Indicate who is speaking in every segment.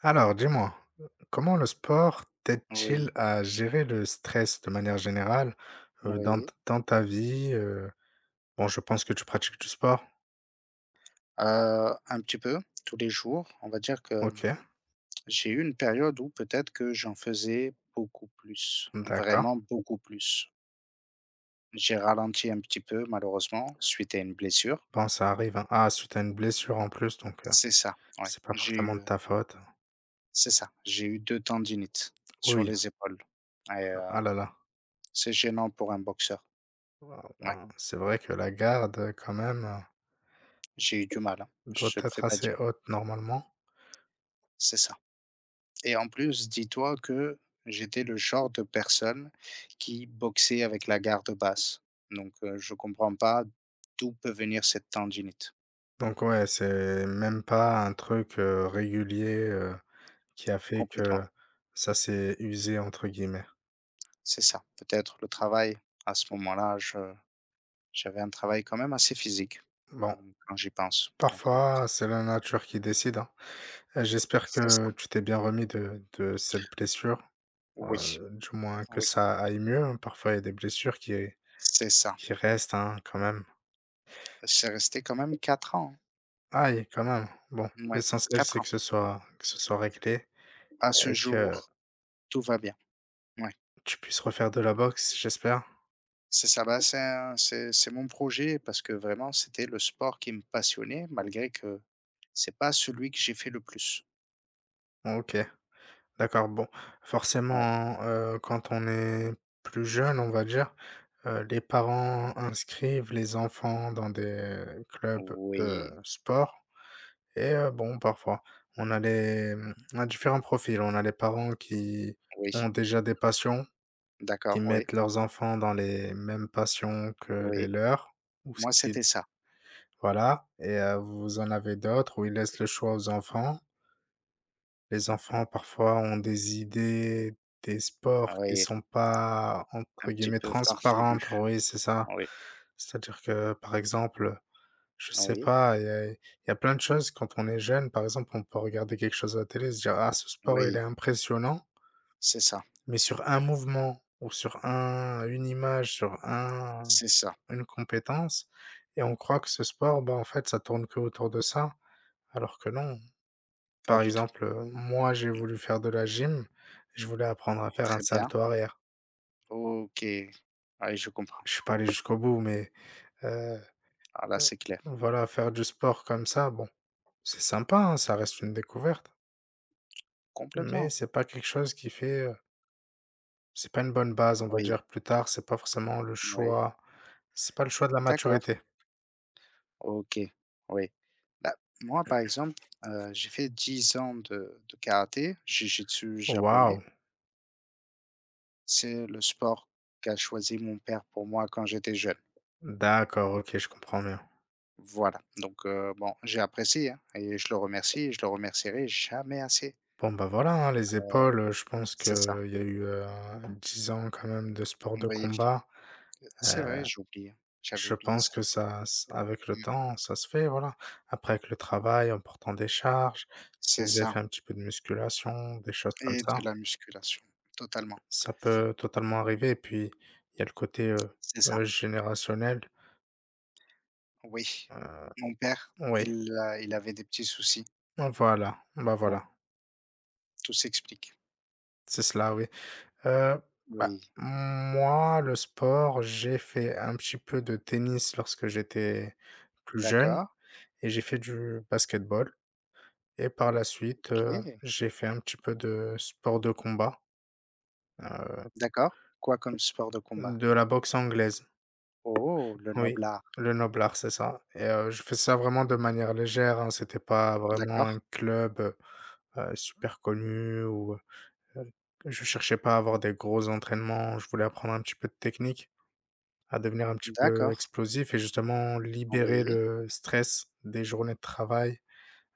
Speaker 1: Alors, dis-moi, comment le sport t'aide-t-il
Speaker 2: Oui,
Speaker 1: à gérer le stress de manière générale, dans
Speaker 2: oui,
Speaker 1: t dans ta vie? Bon, je pense que tu pratiques du sport.
Speaker 2: un petit peu, tous les jours. On va dire que
Speaker 1: OK,
Speaker 2: j'ai eu une période où peut-être que j'en faisais beaucoup plus, vraiment
Speaker 1: d'accord.
Speaker 2: beaucoup plus. J'ai ralenti un petit peu malheureusement suite à une blessure.
Speaker 1: Bon, ça arrive, hein. Ah, suite à une blessure en plus, donc
Speaker 2: C'est ça, ouais,
Speaker 1: c'est pas forcément de ta faute.
Speaker 2: c'est ça, j'ai eu 2 tendinites sur
Speaker 1: Oui,
Speaker 2: les épaules et
Speaker 1: ah là là.
Speaker 2: c'est gênant pour un boxeur.
Speaker 1: Waouh,
Speaker 2: Ouais,
Speaker 1: ben, c'est vrai que la garde, quand même,
Speaker 2: j'ai eu du mal, hein,
Speaker 1: doit
Speaker 2: je te le fais
Speaker 1: être
Speaker 2: pas
Speaker 1: assez
Speaker 2: dire.
Speaker 1: haute normalement.
Speaker 2: C'est ça. Et en plus, dis-toi que j'étais le genre de personne qui boxait avec la garde basse. Donc, je comprends pas d'où peut venir cette tendinite,
Speaker 1: Donc ouais, c'est même pas un truc, régulier, qui a fait
Speaker 2: complètement.
Speaker 1: que ça s'est «usé» entre guillemets.
Speaker 2: C'est ça, peut-être le travail. À ce moment-là, je j'avais un travail quand même assez physique,
Speaker 1: Bon,
Speaker 2: mmh, quand j'y pense. Donc,
Speaker 1: parfois, c'est la nature qui décide, hein. J'espère
Speaker 2: c'est ça.
Speaker 1: que tu t'es bien remis de cette blessure,
Speaker 2: Oui,
Speaker 1: du moins que
Speaker 2: oui,
Speaker 1: ça aille mieux, hein. Parfois, il y a des blessures qui
Speaker 2: c'est ça.
Speaker 1: qui restent, hein, quand même.
Speaker 2: C'est resté quand même 4 ans,
Speaker 1: Aïe, quand même. Bon,
Speaker 2: hein. Ouais,
Speaker 1: l'essentiel, c'est
Speaker 2: 4 ans.
Speaker 1: que ce soit réglé
Speaker 2: À ce
Speaker 1: et que
Speaker 2: jour, tout va bien. Ouais.
Speaker 1: tu puisses refaire de la boxe, j'espère?
Speaker 2: C'est ça, bah, c'est un c'est mon projet parce que vraiment c'était le sport qui me passionnait malgré que c'est pas celui que j'ai fait le plus.
Speaker 1: OK, d'accord. Bon,
Speaker 2: Ouais.
Speaker 1: forcément, quand on est plus jeune, on va dire, les parents inscrivent les enfants dans des clubs de
Speaker 2: Oui,
Speaker 1: sport. Et bon, parfois, on a différents profils. On a les parents qui ont
Speaker 2: oui,
Speaker 1: déjà des passions, qui
Speaker 2: d'accord, oui,
Speaker 1: mettent leurs enfants dans les mêmes passions que les
Speaker 2: oui.
Speaker 1: leurs ou ce
Speaker 2: Moi,
Speaker 1: qui
Speaker 2: c'était ça.
Speaker 1: voilà et vous en avez d'autres où ils laissent le choix aux enfants. Les enfants, parfois, ont des idées, des sports qui
Speaker 2: Oui,
Speaker 1: sont pas,
Speaker 2: un
Speaker 1: entre
Speaker 2: petit
Speaker 1: guillemets,
Speaker 2: peu farfelu.
Speaker 1: «transparentes». Oui, c'est ça.
Speaker 2: Oui,
Speaker 1: C'est-à-dire que, par exemple, je sais
Speaker 2: oui,
Speaker 1: pas, il y a plein de choses quand on est jeune, par exemple, on peut regarder quelque chose à la télé, et se dire: «Ah, ce sport, il est
Speaker 2: oui,
Speaker 1: impressionnant»,
Speaker 2: c'est ça,
Speaker 1: mais sur un mouvement ou sur un une image, sur un
Speaker 2: c'est ça.
Speaker 1: une compétence et on croit que ce sport, bah, en fait, ça tourne que autour de ça, alors que non.
Speaker 2: Pas
Speaker 1: Par
Speaker 2: du tout.
Speaker 1: exemple, moi, j'ai
Speaker 2: Non.
Speaker 1: voulu faire de la gym, je voulais apprendre à faire un
Speaker 2: Très bien.
Speaker 1: salto arrière.
Speaker 2: OK. Ouais, je comprends.
Speaker 1: Je suis pas allé jusqu'au bout, mais heu,
Speaker 2: Ah là,
Speaker 1: heu,
Speaker 2: c'est clair.
Speaker 1: voilà, faire du sport comme ça, bon, c'est sympa, hein, ça reste une découverte. Mais
Speaker 2: Complètement.
Speaker 1: c'est pas quelque chose qui fait, c'est pas une bonne base, on va
Speaker 2: Oui,
Speaker 1: dire, plus tard,
Speaker 2: oui.
Speaker 1: c'est pas le choix de la
Speaker 2: D'accord.
Speaker 1: maturité.
Speaker 2: OK, oui. Bah, moi, par exemple, j'ai fait 10 ans de karaté, jiu-jitsu japonais.
Speaker 1: Waouh!
Speaker 2: C'est le sport qu'a choisi mon père pour moi quand j'étais jeune.
Speaker 1: D'accord, OK, je comprends bien.
Speaker 2: Voilà, donc bon, j'ai apprécié, hein, et je le remercie et je le remercierai jamais assez.
Speaker 1: Bon, bah, voilà, hein, les épaules, je pense qu'il
Speaker 2: C'est ça,
Speaker 1: y a eu, 10 ans quand même de sport de
Speaker 2: oui,
Speaker 1: combat.
Speaker 2: c'est
Speaker 1: Heu,
Speaker 2: vrai, j'oublie. J'avais
Speaker 1: je
Speaker 2: oublié
Speaker 1: pense
Speaker 2: ça.
Speaker 1: que ça s avec le
Speaker 2: Mmh,
Speaker 1: temps, ça se fait, voilà. Après avec le travail, en portant des charges, si
Speaker 2: c'est
Speaker 1: vous avez
Speaker 2: ça
Speaker 1: fait un petit peu de musculation, des choses comme
Speaker 2: et de
Speaker 1: ça,
Speaker 2: la musculation, totalement.
Speaker 1: ça peut totalement arriver et puis il y a le côté,
Speaker 2: C'est ça,
Speaker 1: générationnel.
Speaker 2: oui. Mon père,
Speaker 1: Oui,
Speaker 2: il avait des petits soucis,
Speaker 1: voilà, bah,
Speaker 2: oui,
Speaker 1: voilà,
Speaker 2: tout s'explique.
Speaker 1: c'est cela, oui. Heu, bah,
Speaker 2: Oui.
Speaker 1: moi, le sport, j'ai fait un petit peu de tennis lorsque j'étais plus jeune
Speaker 2: D'accord,
Speaker 1: et j'ai fait du basketball et par la suite,
Speaker 2: OK.
Speaker 1: j'ai fait un petit peu de sport de combat, heu,
Speaker 2: D'accord. Quoi comme sport de combat?
Speaker 1: de la boxe anglaise.
Speaker 2: Oh, le
Speaker 1: Oui,
Speaker 2: noble art.
Speaker 1: le noble c'est ça et je fais ça vraiment de
Speaker 2: Mmh.
Speaker 1: manière légère, hein, c'était pas vraiment
Speaker 2: D'accord,
Speaker 1: un club, super connu ou. Heu, je cherchais pas à avoir des gros entraînements, je voulais apprendre un petit peu de technique, à devenir un petit peu
Speaker 2: d'accord.
Speaker 1: explosif et justement libérer
Speaker 2: Envoyé.
Speaker 1: le stress des journées de travail,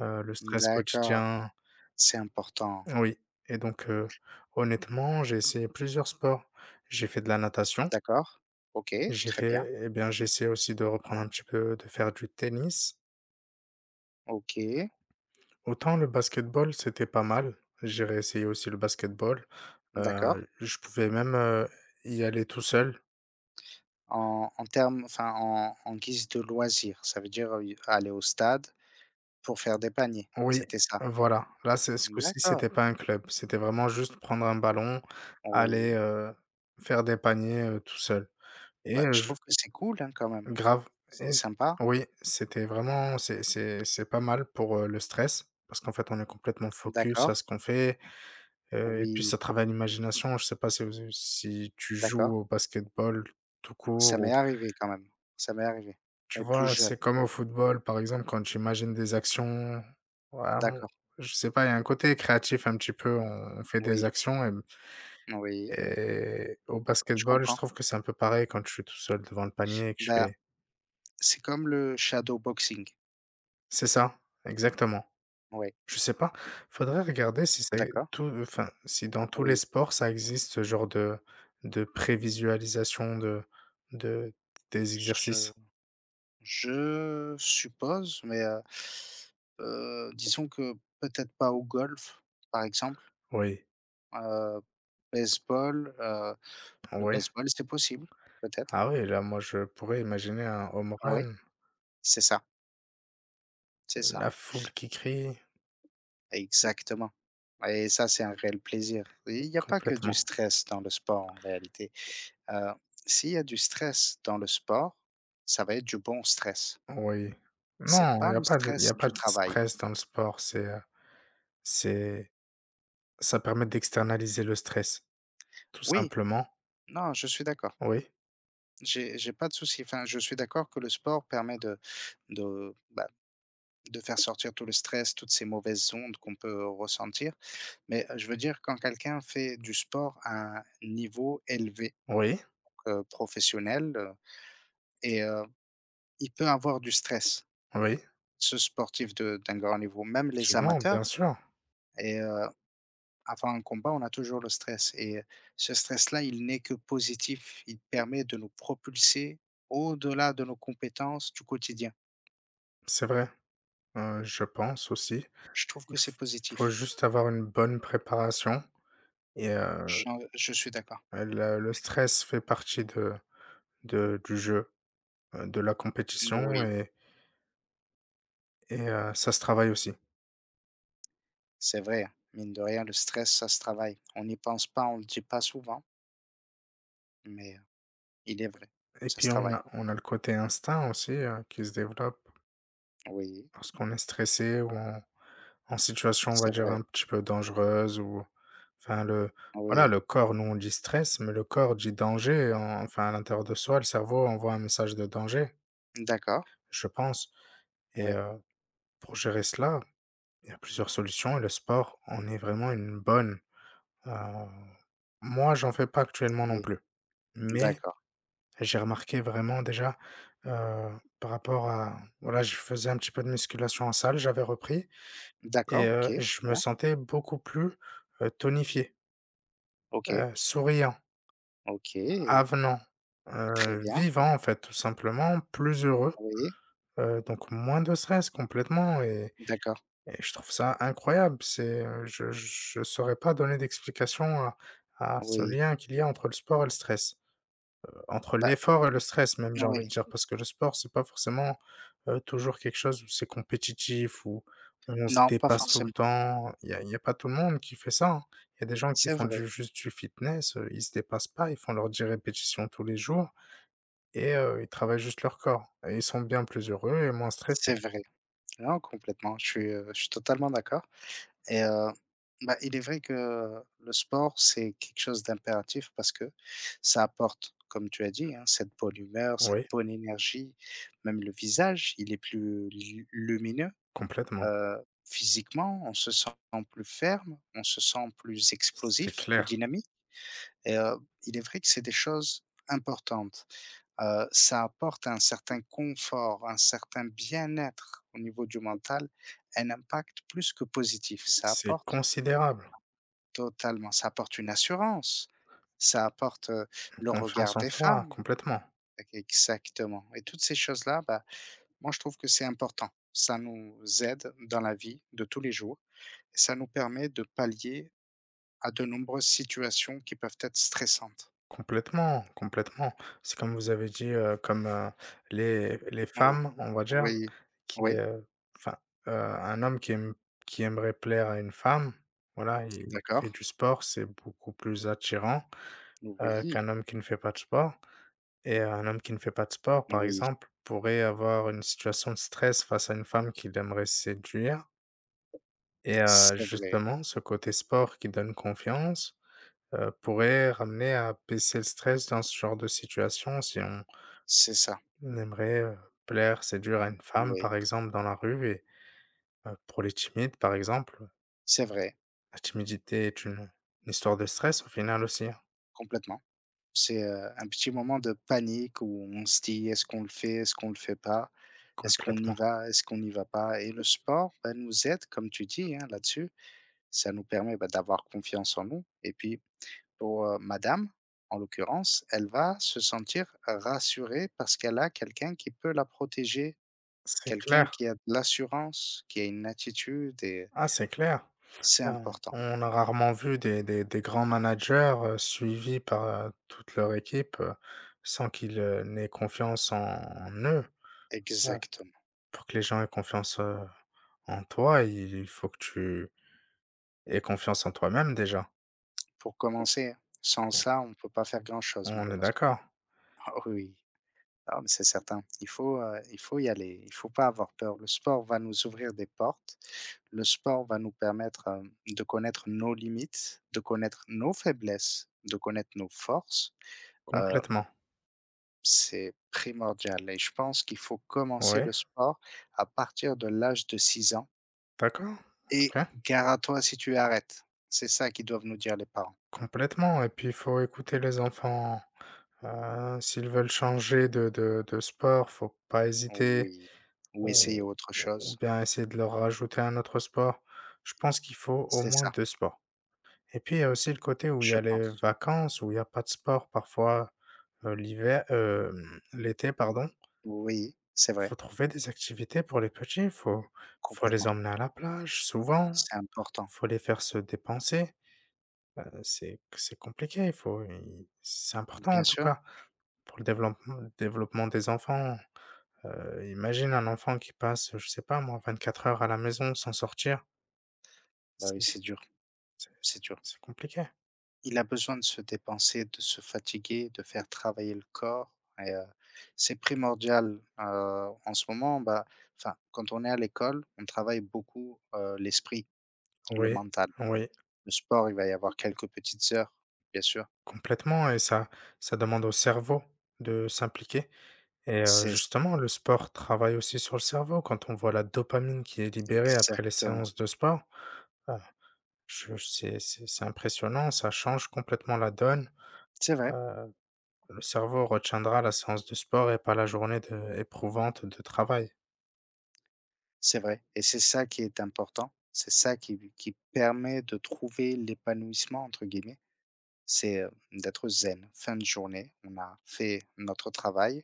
Speaker 1: le stress
Speaker 2: D'accord.
Speaker 1: quotidien.
Speaker 2: C'est important.
Speaker 1: Oui et donc honnêtement, j'ai essayé plusieurs sports. J'ai fait de la natation,
Speaker 2: D'accord. OK,
Speaker 1: j'ai
Speaker 2: très bien.
Speaker 1: fait eh bien, j'ai essayé aussi de reprendre un petit peu de faire du tennis.
Speaker 2: OK,
Speaker 1: Autant le basketball, c'était pas mal, j'ai réessayé aussi le basketball,
Speaker 2: d'accord.
Speaker 1: je pouvais même, y aller tout seul.
Speaker 2: En termes enfin, en guise de loisir, ça veut dire, aller au stade pour faire des paniers,
Speaker 1: Oui,
Speaker 2: c'était ça?
Speaker 1: voilà. Là, c'est ce coup-ci,
Speaker 2: D'accord,
Speaker 1: c'était pas un club. C'était vraiment juste prendre un ballon, aller,
Speaker 2: oui.
Speaker 1: faire des paniers, tout seul et
Speaker 2: Bah, je
Speaker 1: je
Speaker 2: trouve que c'est cool, hein, quand même.
Speaker 1: grave
Speaker 2: C'est
Speaker 1: et c
Speaker 2: sympa.
Speaker 1: oui, c'était vraiment c'est pas mal pour, le stress parce qu'en fait, on est complètement focus à
Speaker 2: D'accord.
Speaker 1: ce qu'on fait, et puis
Speaker 2: Oui,
Speaker 1: ça travaille l'imagination. Je sais pas si tu
Speaker 2: d'accord.
Speaker 1: joues au basketball tout
Speaker 2: Ça
Speaker 1: court
Speaker 2: m'est
Speaker 1: ou.
Speaker 2: arrivé quand même, ça m'est arrivé,
Speaker 1: Tu
Speaker 2: mais plus
Speaker 1: vois, c'est
Speaker 2: jeune.
Speaker 1: comme au football, par exemple, quand j'imagine des actions, hem,
Speaker 2: D'accord,
Speaker 1: je sais pas, il y a un côté créatif un petit peu, on fait
Speaker 2: oui,
Speaker 1: des actions et
Speaker 2: oui,
Speaker 1: et au
Speaker 2: je
Speaker 1: basketball, je
Speaker 2: comprends.
Speaker 1: trouve que c'est un peu pareil quand je suis tout seul devant le panier et que je
Speaker 2: Bah,
Speaker 1: fais.
Speaker 2: c'est comme le shadow boxing.
Speaker 1: C'est ça, exactement.
Speaker 2: Oui,
Speaker 1: Je sais pas, faudrait regarder si c'est
Speaker 2: d'accord,
Speaker 1: tout enfin, si dans tous les
Speaker 2: oui.
Speaker 1: sports, ça existe ce genre de prévisualisation de des
Speaker 2: Je
Speaker 1: exercices.
Speaker 2: je suppose, mais disons que peut-être pas au golf, par exemple,
Speaker 1: Oui.
Speaker 2: heu, baseball, heu, le
Speaker 1: Oui.
Speaker 2: baseball, c'est possible, peut-être?
Speaker 1: Ah oui, là, moi, je pourrais imaginer un home
Speaker 2: Oui,
Speaker 1: run.
Speaker 2: c'est ça, c'est ça,
Speaker 1: La foule qui crie?
Speaker 2: exactement et ça, c'est un réel plaisir. Il n'y a pas que du
Speaker 1: Complètement,
Speaker 2: stress dans le sport en réalité. Heu, s'il y a du stress dans le sport, ça va être du bon stress.
Speaker 1: oui.
Speaker 2: C'est
Speaker 1: Non,
Speaker 2: pas le
Speaker 1: il y a
Speaker 2: stress
Speaker 1: pas
Speaker 2: du
Speaker 1: de
Speaker 2: travail.
Speaker 1: stress dans le sport, c'est ça permet d'externaliser le stress, tout
Speaker 2: Oui,
Speaker 1: simplement.
Speaker 2: non, je suis d'accord.
Speaker 1: Oui,
Speaker 2: J'ai pas de souci. Enfin, je suis d'accord que le sport permet de, bah, de faire sortir tout le stress, toutes ces mauvaises ondes qu'on peut ressentir. Mais, je veux dire quand quelqu'un fait du sport à un niveau élevé,
Speaker 1: oui,
Speaker 2: professionnel, et il peut avoir du stress,
Speaker 1: oui,
Speaker 2: ce sportif de d'un grand niveau, même les
Speaker 1: effectivement,
Speaker 2: amateurs
Speaker 1: bien sûr,
Speaker 2: et avant un combat, on a toujours le stress et ce stress-là, il n'est que positif. Il permet de nous propulser au-delà de nos compétences du quotidien.
Speaker 1: c'est vrai, je pense aussi.
Speaker 2: Je trouve que
Speaker 1: Il
Speaker 2: c'est
Speaker 1: f Faut
Speaker 2: positif.
Speaker 1: juste avoir une bonne préparation et
Speaker 2: Je je suis d'accord.
Speaker 1: le stress fait partie de du jeu, de la compétition
Speaker 2: Oui,
Speaker 1: et ça se travaille aussi.
Speaker 2: c'est vrai, hein. Mine de rien, le stress, ça se travaille. On n'y pense pas, on ne le dit pas souvent, mais il est vrai,
Speaker 1: Et
Speaker 2: ça se
Speaker 1: puis on
Speaker 2: travaille.
Speaker 1: a on a le côté instinct aussi, qui se développe
Speaker 2: Oui,
Speaker 1: lorsqu'on est stressé ou en situation, on va
Speaker 2: c'est
Speaker 1: dire,
Speaker 2: vrai.
Speaker 1: un petit peu dangereuse ou enfin le voilà,
Speaker 2: Oui.
Speaker 1: le corps, nous, on dit stress, mais le corps dit danger en enfin à l'intérieur de soi, le cerveau envoie un message de danger,
Speaker 2: D'accord,
Speaker 1: je pense et
Speaker 2: ouais,
Speaker 1: pour gérer cela, il y a plusieurs solutions et le sport en est vraiment une bonne. Heu, moi, j'en fais pas actuellement non
Speaker 2: oui.
Speaker 1: plus, mais
Speaker 2: D'accord.
Speaker 1: j'ai remarqué vraiment déjà, heu, par rapport à voilà, je faisais un petit peu de musculation en salle, j'avais repris et
Speaker 2: D'accord, OK, très
Speaker 1: je me
Speaker 2: bien.
Speaker 1: sentais beaucoup plus, tonifié,
Speaker 2: OK,
Speaker 1: souriant,
Speaker 2: OK,
Speaker 1: avenant,
Speaker 2: très bien.
Speaker 1: vivant en fait, tout simplement, plus heureux,
Speaker 2: Oui,
Speaker 1: donc moins de stress complètement et
Speaker 2: d'accord,
Speaker 1: et je trouve ça incroyable. C'est, je saurais pas donner d'explication à ce
Speaker 2: oui.
Speaker 1: lien qu'il y a entre le sport et le stress. Entre
Speaker 2: Bah,
Speaker 1: l'effort et le stress même, j'ai envie de
Speaker 2: oui,
Speaker 1: dire, parce que le sport, c'est pas forcément, toujours quelque chose où c'est compétitif, où on se
Speaker 2: non, pas
Speaker 1: dépasse tout le
Speaker 2: forcément.
Speaker 1: temps. Il y a pas tout le monde qui fait ça, hein. Il y a des gens qui
Speaker 2: C'est
Speaker 1: font du
Speaker 2: vrai,
Speaker 1: juste du fitness, ils se dépassent pas, ils font leurs 10 répétitions tous les jours et ils travaillent juste leur corps et ils sont bien plus heureux et moins stressés.
Speaker 2: c'est vrai. Non, complètement, je suis totalement d'accord et bah, il est vrai que le sport, c'est quelque chose d'impératif parce que ça apporte, comme tu as dit, hein, cette bonne humeur, cette
Speaker 1: Oui,
Speaker 2: bonne énergie, même le visage, il est plus lu lumineux,
Speaker 1: complètement.
Speaker 2: physiquement, on se sent plus ferme, on se sent plus
Speaker 1: C'est
Speaker 2: explosif, plus
Speaker 1: clair.
Speaker 2: dynamique et il est vrai que c'est des choses importantes. Ça apporte un certain confort, un certain bien-être au niveau du mental, un impact plus que positif. Ça
Speaker 1: C'est
Speaker 2: apporte
Speaker 1: considérable.
Speaker 2: totalement, ça apporte une assurance, ça apporte, le
Speaker 1: Confiance
Speaker 2: regard
Speaker 1: en
Speaker 2: des
Speaker 1: soi,
Speaker 2: femmes.
Speaker 1: complètement.
Speaker 2: Exactement et toutes ces choses-là, bah, moi je trouve que c'est important. Ça nous aide dans la vie de tous les jours et ça nous permet de pallier à de nombreuses situations qui peuvent être stressantes.
Speaker 1: Complètement, complètement. C'est comme vous avez dit, comme, les
Speaker 2: Oh,
Speaker 1: femmes, on va dire,
Speaker 2: oui,
Speaker 1: qui,
Speaker 2: oui,
Speaker 1: enfin, un homme qui aimerait plaire à une femme, voilà, il fait
Speaker 2: d'accord,
Speaker 1: du sport, c'est beaucoup plus attirant,
Speaker 2: oui,
Speaker 1: qu'un homme qui ne fait pas de sport et un homme qui ne fait pas de sport, par
Speaker 2: oui,
Speaker 1: exemple, pourrait avoir une situation de stress face à une femme qu'il aimerait séduire et
Speaker 2: c'est vrai.
Speaker 1: justement, ce côté sport qui donne confiance, pourrait ramener à baisser le stress dans ce genre de situation si on
Speaker 2: C'est ça,
Speaker 1: On aimerait, plaire, séduire à une femme,
Speaker 2: oui,
Speaker 1: par exemple, dans la rue et pour les timides, par exemple,
Speaker 2: c'est vrai,
Speaker 1: la timidité est une histoire de stress au final aussi, hein,
Speaker 2: complètement. C'est un petit moment de panique où on se dit: «Est-ce qu'on le fait? Est-ce qu'on le fait pas? Est-ce qu'on y
Speaker 1: complètement.
Speaker 2: va? Est-ce qu'on n'y va pas?» et le sport, bah, nous aide, comme tu dis, hein, là-dessus. Ça nous permet, bah, d'avoir confiance en nous et puis pour, madame, en l'occurrence, elle va se sentir rassurée parce qu'elle a quelqu'un qui peut la protéger,
Speaker 1: C'est
Speaker 2: quelqu'un
Speaker 1: clair.
Speaker 2: qui a de l'assurance, qui a une attitude et
Speaker 1: Ah, c'est clair.
Speaker 2: c'est
Speaker 1: Ben,
Speaker 2: important.
Speaker 1: on a rarement vu des grands managers, suivis par, toute leur équipe, sans qu'ils, n'aient confiance en eux. Ouais.
Speaker 2: Exactement.
Speaker 1: Pour que les gens aient confiance, en toi, il faut que tu aies confiance en toi-même déjà.
Speaker 2: Pour commencer, sans ça, on ne peut pas faire grand-chose
Speaker 1: On est
Speaker 2: malheureusement.
Speaker 1: d'accord?
Speaker 2: Ah oui, ah mais c'est certain. Il faut y aller, il faut pas avoir peur. Le sport va nous ouvrir des portes, le sport va nous permettre, de connaître nos limites, de connaître nos faiblesses, de connaître nos forces, heu,
Speaker 1: Complètement.
Speaker 2: c'est primordial et je pense qu'il faut commencer
Speaker 1: Oui.
Speaker 2: le sport à partir de l'âge de 6 ans
Speaker 1: D'accord,
Speaker 2: et
Speaker 1: OK,
Speaker 2: gare à toi si tu arrêtes. C'est ça qu'ils doivent nous dire les parents.
Speaker 1: complètement et puis il faut écouter les enfants, s'ils veulent changer de sport, faut pas hésiter
Speaker 2: Oui, ou essayer
Speaker 1: ou
Speaker 2: autre chose,
Speaker 1: bien essayer de leur rajouter un autre sport. Je pense qu'il faut au
Speaker 2: c'est
Speaker 1: moins
Speaker 2: ça.
Speaker 1: 2 sports et puis il y a aussi le côté où il y
Speaker 2: Je
Speaker 1: a les
Speaker 2: pense.
Speaker 1: vacances, où il y a pas de sport parfois, l'hiver, l'été, pardon.
Speaker 2: Oui, c'est
Speaker 1: Faut
Speaker 2: vrai,
Speaker 1: trouver des activités pour les petits, faut les
Speaker 2: complètement.
Speaker 1: emmener à la plage souvent,
Speaker 2: C'est important.
Speaker 1: faut les faire se dépenser. C'est compliqué, il faut il c'est important en
Speaker 2: Bien
Speaker 1: tout
Speaker 2: sûr,
Speaker 1: cas pour le développement des enfants. Imagine un enfant qui passe, je sais pas moi, 24 heures à la maison sans sortir,
Speaker 2: bah oui,
Speaker 1: c'est
Speaker 2: c'est dur,
Speaker 1: c'est
Speaker 2: c'est dur.
Speaker 1: c'est compliqué.
Speaker 2: Il a besoin de se dépenser, de se fatiguer, de faire travailler le corps et c'est primordial, en ce moment, bah, enfin, quand on est à l'école, on travaille beaucoup, l'esprit, le
Speaker 1: Oui,
Speaker 2: mental.
Speaker 1: oui,
Speaker 2: Le sport, il va y avoir quelques petites heures, bien sûr.
Speaker 1: complètement et ça demande au cerveau de s'impliquer et
Speaker 2: C'est ça,
Speaker 1: justement le sport travaille aussi sur le cerveau. Quand on voit la dopamine qui est libérée après les
Speaker 2: exactement.
Speaker 1: séances de sport, ah, je c'est impressionnant, ça change complètement la donne,
Speaker 2: C'est vrai.
Speaker 1: heu Le cerveau retiendra la séance de sport et pas la journée de éprouvante de travail.
Speaker 2: C'est vrai et c'est ça qui est important. C'est ça qui permet de trouver «l'épanouissement» entre guillemets. C'est d'être zen. Fin de journée, on a fait notre travail,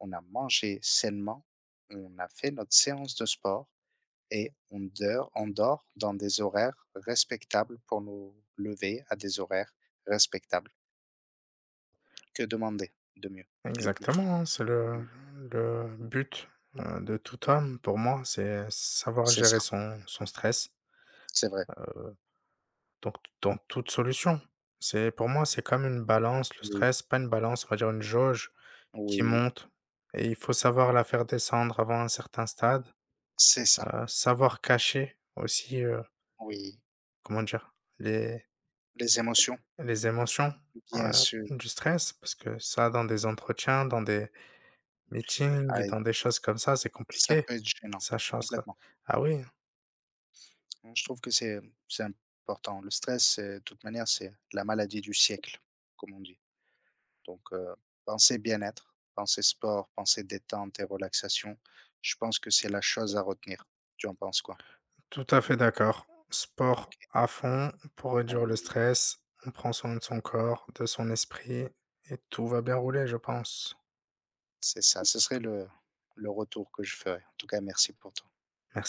Speaker 2: on a mangé sainement, on a fait notre séance de sport et on dort dans des horaires respectables pour nous lever à des horaires respectables. Que demander de mieux, de plus?
Speaker 1: Exactement, hein, c'est
Speaker 2: Mmh,
Speaker 1: le but, de tout homme pour moi, c'est savoir
Speaker 2: c'est
Speaker 1: gérer
Speaker 2: ça,
Speaker 1: son stress,
Speaker 2: c'est vrai.
Speaker 1: donc dans toute solution. C'est pour moi, c'est comme une balance, le
Speaker 2: Oui,
Speaker 1: stress, pas une balance, on va dire une jauge qui
Speaker 2: oui,
Speaker 1: monte et il faut savoir la faire descendre avant un certain stade,
Speaker 2: c'est ça,
Speaker 1: savoir cacher aussi,
Speaker 2: oui.
Speaker 1: comment dire? Les
Speaker 2: Les émotions,
Speaker 1: Émotions,
Speaker 2: bien
Speaker 1: voilà,
Speaker 2: sûr.
Speaker 1: du stress, parce que ça, dans des entretiens, dans des meetings et
Speaker 2: Aïe,
Speaker 1: dans des choses comme ça, c'est
Speaker 2: ça
Speaker 1: compliqué.
Speaker 2: peut être gênant,
Speaker 1: Ça change ça.
Speaker 2: complètement.
Speaker 1: Ah oui,
Speaker 2: Je trouve que c'est important. Le stress, c'est de toute manière, c'est la maladie du siècle, comme on dit. Donc, pensez bien-être, pensez sport, pensez détente et relaxation. Je pense que c'est la chose à retenir. Tu en penses quoi?
Speaker 1: tout à fait d'accord. Sport
Speaker 2: OK,
Speaker 1: à fond pour réduire le
Speaker 2: oui,
Speaker 1: stress. On prend soin de son corps, de son esprit et tout va bien rouler, je pense.
Speaker 2: c'est ça. Ce serait le retour que je ferais. En tout cas, merci pour ton
Speaker 1: Merci.